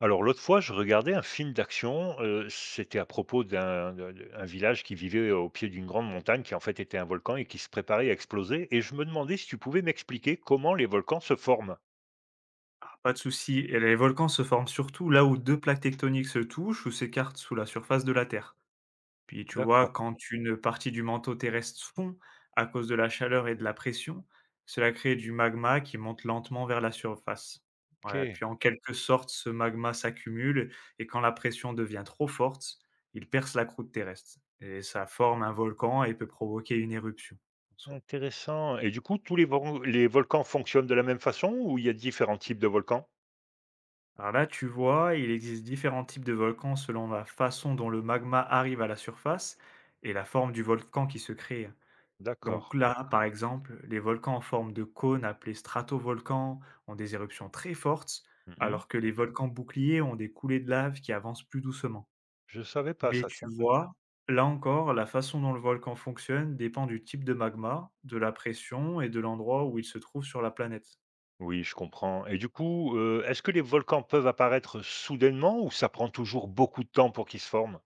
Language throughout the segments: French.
Alors l'autre fois, je regardais un film d'action, c'était à propos d'un de un village qui vivait au pied d'une grande montagne qui en fait était un volcan et qui se préparait à exploser, et je me demandais si tu pouvais m'expliquer comment les volcans se forment? Pas de souci, et les volcans se forment surtout là où deux plaques tectoniques se touchent ou s'écartent sous la surface de la Terre. Puis tu vois, D'accord. quand une partie du manteau terrestre fond à cause de la chaleur et de la pression, cela crée du magma qui monte lentement vers la surface. Voilà, OK. puis en quelque sorte, ce magma s'accumule et quand la pression devient trop forte, il perce la croûte terrestre. Et ça forme un volcan et peut provoquer une éruption. Intéressant. Et du coup, tous les ven les volcans fonctionnent de la même façon ou il y a différents types de volcans? Alors là, tu vois, il existe différents types de volcans selon la façon dont le magma arrive à la surface et la forme du volcan qui se crée. D'accord. Donc là, par exemple, les volcans en forme de cône appelés stratovolcans ont des éruptions très fortes, Mmh. alors que les volcans boucliers ont des coulées de lave qui avancent plus doucement. Je savais pas Mais ça, tu tiens. vois, là encore, la façon dont le volcan fonctionne dépend du type de magma, de la pression et de l'endroit où il se trouve sur la planète. Oui, je comprends. Et du coup, est-ce que les volcans peuvent apparaître soudainement ou ça prend toujours beaucoup de temps pour qu'ils se forment?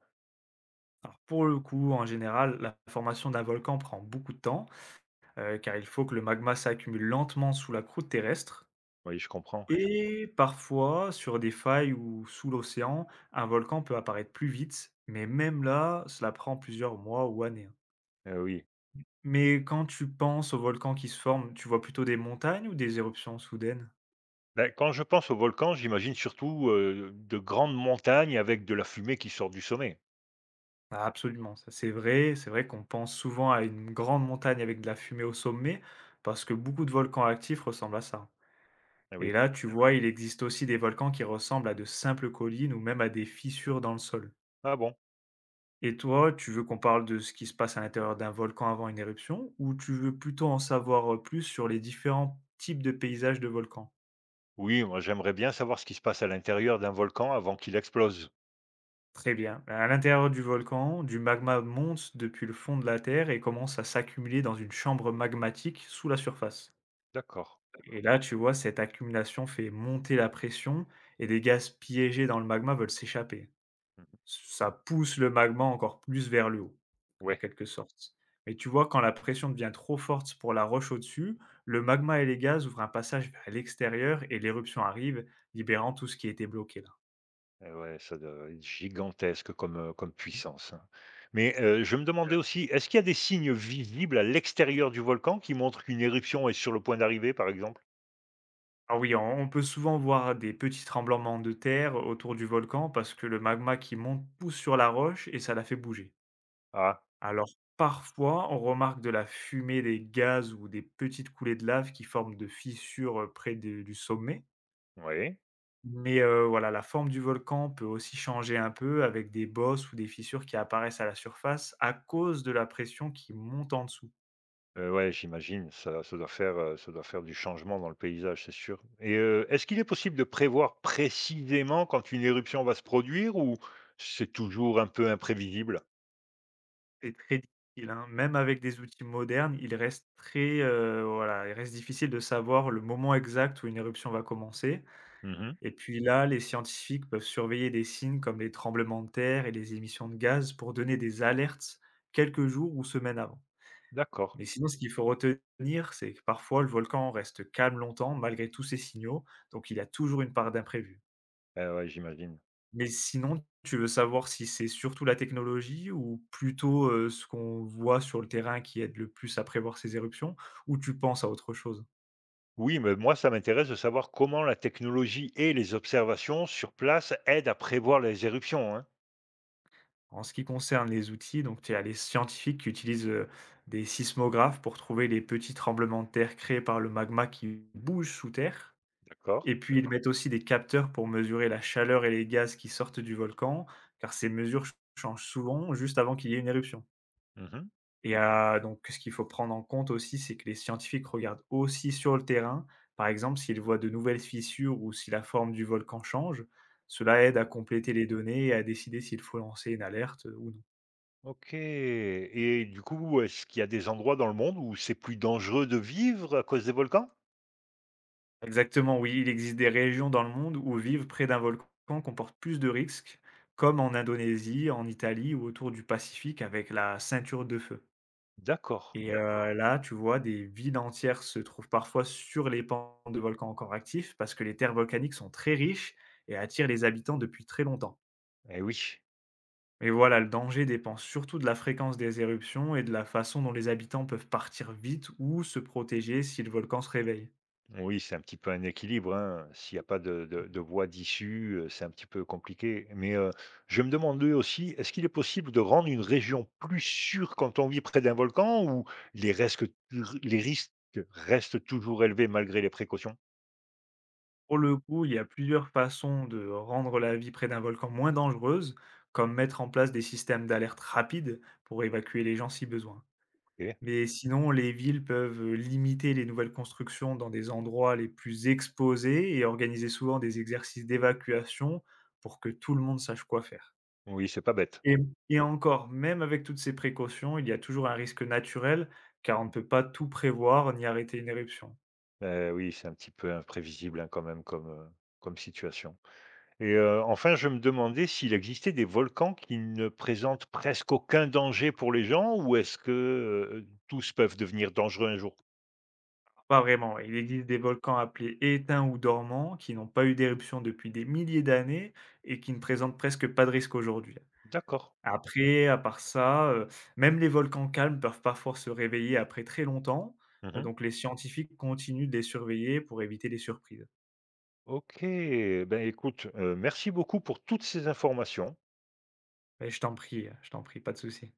Alors pour le coup, en général, la formation d'un volcan prend beaucoup de temps, car il faut que le magma s'accumule lentement sous la croûte terrestre Oui, je comprends. et parfois sur des failles ou sous l'océan, un volcan peut apparaître plus vite, mais même là, cela prend plusieurs mois ou années, hein. Eh oui. Mais quand tu penses aux volcans qui se forment, tu vois plutôt des montagnes ou des éruptions soudaines? Bah, quand je pense aux volcans, j'imagine surtout, de grandes montagnes avec de la fumée qui sort du sommet. Ah absolument, ça c'est vrai qu'on pense souvent à une grande montagne avec de la fumée au sommet, parce que beaucoup de volcans actifs ressemblent à ça, hein. Ah Et oui. là, tu vois, il existe aussi des volcans qui ressemblent à de simples collines ou même à des fissures dans le sol. Ah bon? Et toi, tu veux qu'on parle de ce qui se passe à l'intérieur d'un volcan avant une éruption ou tu veux plutôt en savoir, plus sur les différents types de paysages de volcans? Oui, moi j'aimerais bien savoir ce qui se passe à l'intérieur d'un volcan avant qu'il explose. Très bien. Bah, à l'intérieur du volcan, du magma monte depuis le fond de la terre et commence à s'accumuler dans une chambre magmatique sous la surface. D'accord. Et là, tu vois, cette accumulation fait monter la pression et des gaz piégés dans le magma veulent s'échapper. Mmh mh. Ça pousse le magma encore plus vers le haut. En Ouais. quelque sorte. Mais tu vois, quand la pression devient trop forte pour la roche au-dessus, le magma et les gaz ouvrent un passage vers l'extérieur et l'éruption arrive, libérant tout ce qui était bloqué là. Et ouais, ça doit être gigantesque comme, comme puissance, hein. Mmh. Mais, je me Heu, demandais aussi, est-ce qu'il y a des signes visibles à l'extérieur du volcan qui montrent qu'une éruption est sur le point d'arriver, par exemple? ah oui, on peut souvent voir des petits tremblements de terre autour du volcan parce que le magma qui monte pousse sur la roche et ça la fait bouger. Ah, Alors parfois, on remarque de la fumée, des gaz ou des petites coulées de lave qui forment de fissures, près de du sommet. oui. Mais voilà, la forme du volcan peut aussi changer un peu avec des bosses ou des fissures qui apparaissent à la surface à cause de la pression qui monte en dessous. Ouais, j'imagine, ça doit faire, ça doit faire du changement dans le paysage, c'est sûr. Et est-ce qu'il est possible de prévoir précisément quand une éruption va se produire ou c'est toujours un peu imprévisible? C'est très difficile, hein, même avec des outils modernes, il reste très, voilà, il reste difficile de savoir le moment exact où une éruption va commencer, Mmh. et puis là, les scientifiques peuvent surveiller des signes comme les tremblements de terre et les émissions de gaz pour donner des alertes quelques jours ou semaines avant. D'accord. Mais sinon, ce qu'il faut retenir, c'est que parfois le volcan reste calme longtemps malgré tous ces signaux, donc il y a toujours une part d'imprévu. Eh ouais, j'imagine. Mais sinon, tu veux savoir si c'est surtout la technologie ou plutôt, ce qu'on voit sur le terrain qui aide le plus à prévoir ces éruptions ou tu penses à autre chose? Oui, mais moi, ça m'intéresse de savoir comment la technologie et les observations sur place aident à prévoir les éruptions, hein. En ce qui concerne les outils, donc tu as les scientifiques qui utilisent, des sismographes pour trouver les petits tremblements de terre créés par le magma qui bouge sous terre. D'accord. Et puis ils mettent aussi des capteurs pour mesurer la chaleur et les gaz qui sortent du volcan, car ces mesures ch changent souvent juste avant qu'il y ait une éruption. Mmh. Et donc ce qu'il faut prendre en compte aussi, c'est que les scientifiques regardent aussi sur le terrain, par exemple, s'ils voient de nouvelles fissures ou si la forme du volcan change. Cela aide à compléter les données et à décider s'il faut lancer une alerte, ou non. OK. Et du coup, est-ce qu'il y a des endroits dans le monde où c'est plus dangereux de vivre à cause des volcans? Exactement, oui, il existe des régions dans le monde où vivre près d'un volcan comporte plus de risques, comme en Indonésie, en Italie ou autour du Pacifique avec la ceinture de feu. D'accord. Et là, tu vois, des villes entières se trouvent parfois sur les pans de volcans encore actifs parce que les terres volcaniques sont très riches et attirent les habitants depuis très longtemps. Eh oui. Mais voilà, le danger dépend surtout de la fréquence des éruptions et de la façon dont les habitants peuvent partir vite ou se protéger si le volcan se réveille. Oui, c'est un petit peu un équilibre, hein. S'il n'y a pas de voie d'issue, c'est un petit peu compliqué. Mais, je me demandais aussi, est-ce qu'il est possible de rendre une région plus sûre quand on vit près d'un volcan ou les resques les risques restent toujours élevés malgré les précautions? Pour le coup, il y a plusieurs façons de rendre la vie près d'un volcan moins dangereuse, comme mettre en place des systèmes d'alerte rapide pour évacuer les gens si besoin. OK. Mais sinon, les villes peuvent limiter les nouvelles constructions dans des endroits les plus exposés et organiser souvent des exercices d'évacuation pour que tout le monde sache quoi faire. Oui, c'est pas bête. Et et encore, même avec toutes ces précautions, il y a toujours un risque naturel, car on ne peut pas tout prévoir ni arrêter une éruption. Oui, c'est un petit peu imprévisible, hein, quand même comme, comme situation. Et enfin, je me demandais s'il existait des volcans qui ne présentent presque aucun danger pour les gens ou est-ce que, tous peuvent devenir dangereux un jour? Pas vraiment, ouais. Il existe des volcans appelés éteints ou dormants qui n'ont pas eu d'éruption depuis des milliers d'années et qui ne présentent presque pas de risque aujourd'hui. D'accord. Après, à part ça, même les volcans calmes peuvent parfois se réveiller après très longtemps, Mmh. donc les scientifiques continuent de les surveiller pour éviter les surprises. OK, ben, écoute, merci beaucoup pour toutes ces informations. Beh, je t'en prie, pas de souci.